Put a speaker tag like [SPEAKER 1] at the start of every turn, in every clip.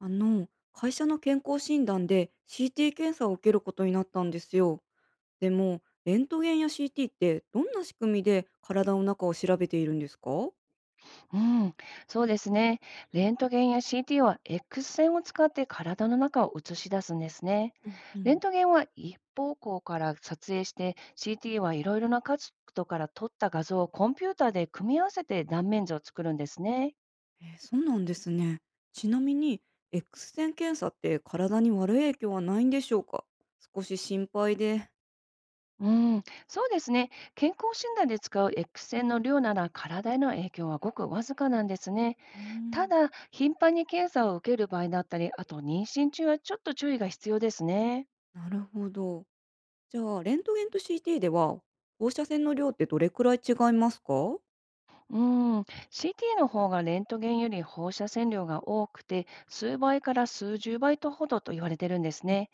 [SPEAKER 1] あの、会社の健康診断で CT 検査を受けることになったんですよ。でも、レントゲンや CT ってどんな仕組みで体の中を調べているんですか？
[SPEAKER 2] うん、そうですね。レントゲンや CT は X 線を使って体の中を映し出すんですね。
[SPEAKER 1] うんう
[SPEAKER 2] レ
[SPEAKER 1] ん、
[SPEAKER 2] ントゲンは一方向から撮影して、CT はいろいろな角度から撮った画像をコンピューターで組み合わせて断面図を作るんですね。
[SPEAKER 1] えーそうなんですね。ちなみに、X 線検査って体に悪い影響はないんでしょうか？少し心配で。
[SPEAKER 2] うん、そうですね。健康診断で使う X 線の量なら体への影響はごくわずかなんですね。
[SPEAKER 1] うー
[SPEAKER 2] た
[SPEAKER 1] ん。
[SPEAKER 2] だ、頻繁に検査を受ける場合だったり、あと妊娠中はちょっと注意が必要ですね。
[SPEAKER 1] なるほど。じゃあ、レントゲンと CT では放射線の量ってどれくらい違いますか？
[SPEAKER 2] うーん、CT の方がレントゲンより放射線量が多くて、数倍から数十倍とほどと言われてるんです
[SPEAKER 1] え
[SPEAKER 2] ね。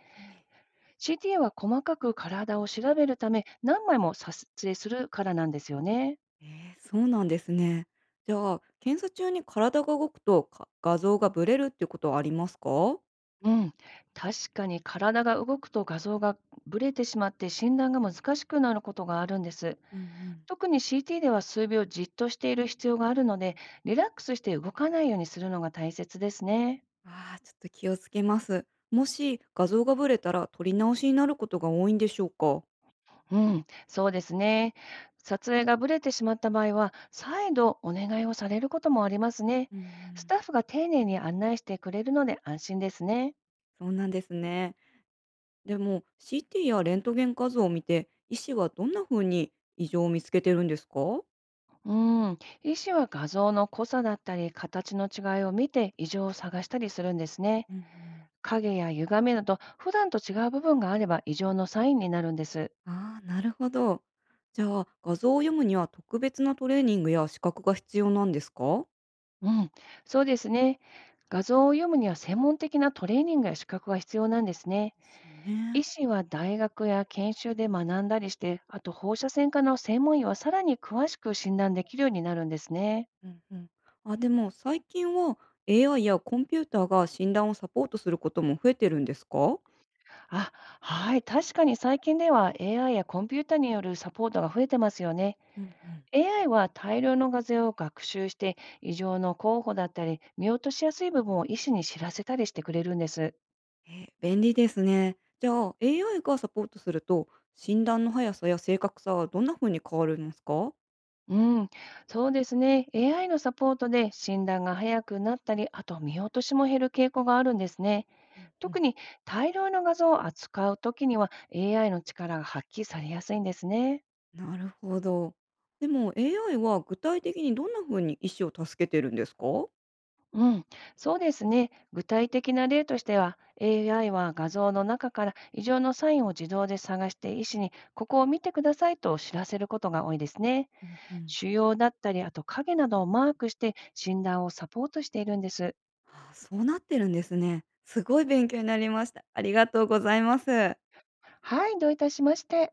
[SPEAKER 2] CT は細かく体を調べるため、何枚も撮影するからなんですよね。
[SPEAKER 1] えー、そうなんですね。じゃあ、検査中に体が動くと、画像がブレるっていうことはありますか？う
[SPEAKER 2] うん、確かに体が動くと画像がブレてしまって診断が難しくなることがあるんです。
[SPEAKER 1] んうん。
[SPEAKER 2] 特に CT では数秒じっとしている必要があるので、リラックスして動かないようにするのが大切ですね。
[SPEAKER 1] ああ、ちょっと気をつけます。もし画像がブレたら撮り直しになることが多いんでしょうか？
[SPEAKER 2] うん、そうですね。撮影がブレてしまった場合は、再度お願いをされることもありますね。
[SPEAKER 1] うんう
[SPEAKER 2] ス
[SPEAKER 1] ん。
[SPEAKER 2] タッフが丁寧に案内してくれるので安心ですね。
[SPEAKER 1] そうなんですね。でも CT やレントゲン画像を見て、医師はどんな風に異常を見つけてるんですか？
[SPEAKER 2] うん、医師は画像の濃さだったり形の違いを見て異常を探したりするんですね。
[SPEAKER 1] うんうん。
[SPEAKER 2] 影や歪みなど普段と違う部分があれば異常のサインになるんです。
[SPEAKER 1] ああ、なるほど。じゃあ、画像を読むには特別なトレーニングや資格が必要なんですか？
[SPEAKER 2] うん、そうですね。画像を読むには専門的なトレーニングや資格が必要なんですね。
[SPEAKER 1] ですよね。
[SPEAKER 2] 医師は大学や研修で学んだりして、あと放射線科の専門医はさらに詳しく診断できるようになるんですね。
[SPEAKER 1] うんうん。あ、でも最近は AI やコンピューターが診断をサポートすることも増えてるんですか？
[SPEAKER 2] あ、はい、確かに最近では AI やコンピュータによるサポートが増えてますよね。
[SPEAKER 1] うんうん。
[SPEAKER 2] AI は大量の画像を学習して、異常の候補だったり、見落としやすい部分を医師に知らせたりしてくれるんです。
[SPEAKER 1] え、便利ですね。じゃあ AI がサポートすると、診断の速さや正確さはどんな風に変わるんですか？
[SPEAKER 2] うん、そうですね。AI のサポートで診断が早くなったり、あと見落としも減る傾向があるんですね。
[SPEAKER 1] うんう
[SPEAKER 2] 特
[SPEAKER 1] ん。
[SPEAKER 2] に大量の画像を扱うときには AI の力が発揮されやすいんですね。
[SPEAKER 1] なるほど。でも AI は具体的にどんな風に医師を助けてるんですか？
[SPEAKER 2] うん、そうですね。具体的な例としては、AI は画像の中から異常のサインを自動で探して医師にここを見てくださいと知らせることが多いですね。
[SPEAKER 1] うんうん。
[SPEAKER 2] 腫瘍だったり、あと影などをマークして診断をサポートしているんです。
[SPEAKER 1] あ、そうなってるんですね。すごい勉強になりました。ありがとうございます。
[SPEAKER 2] はい、どういたしまして。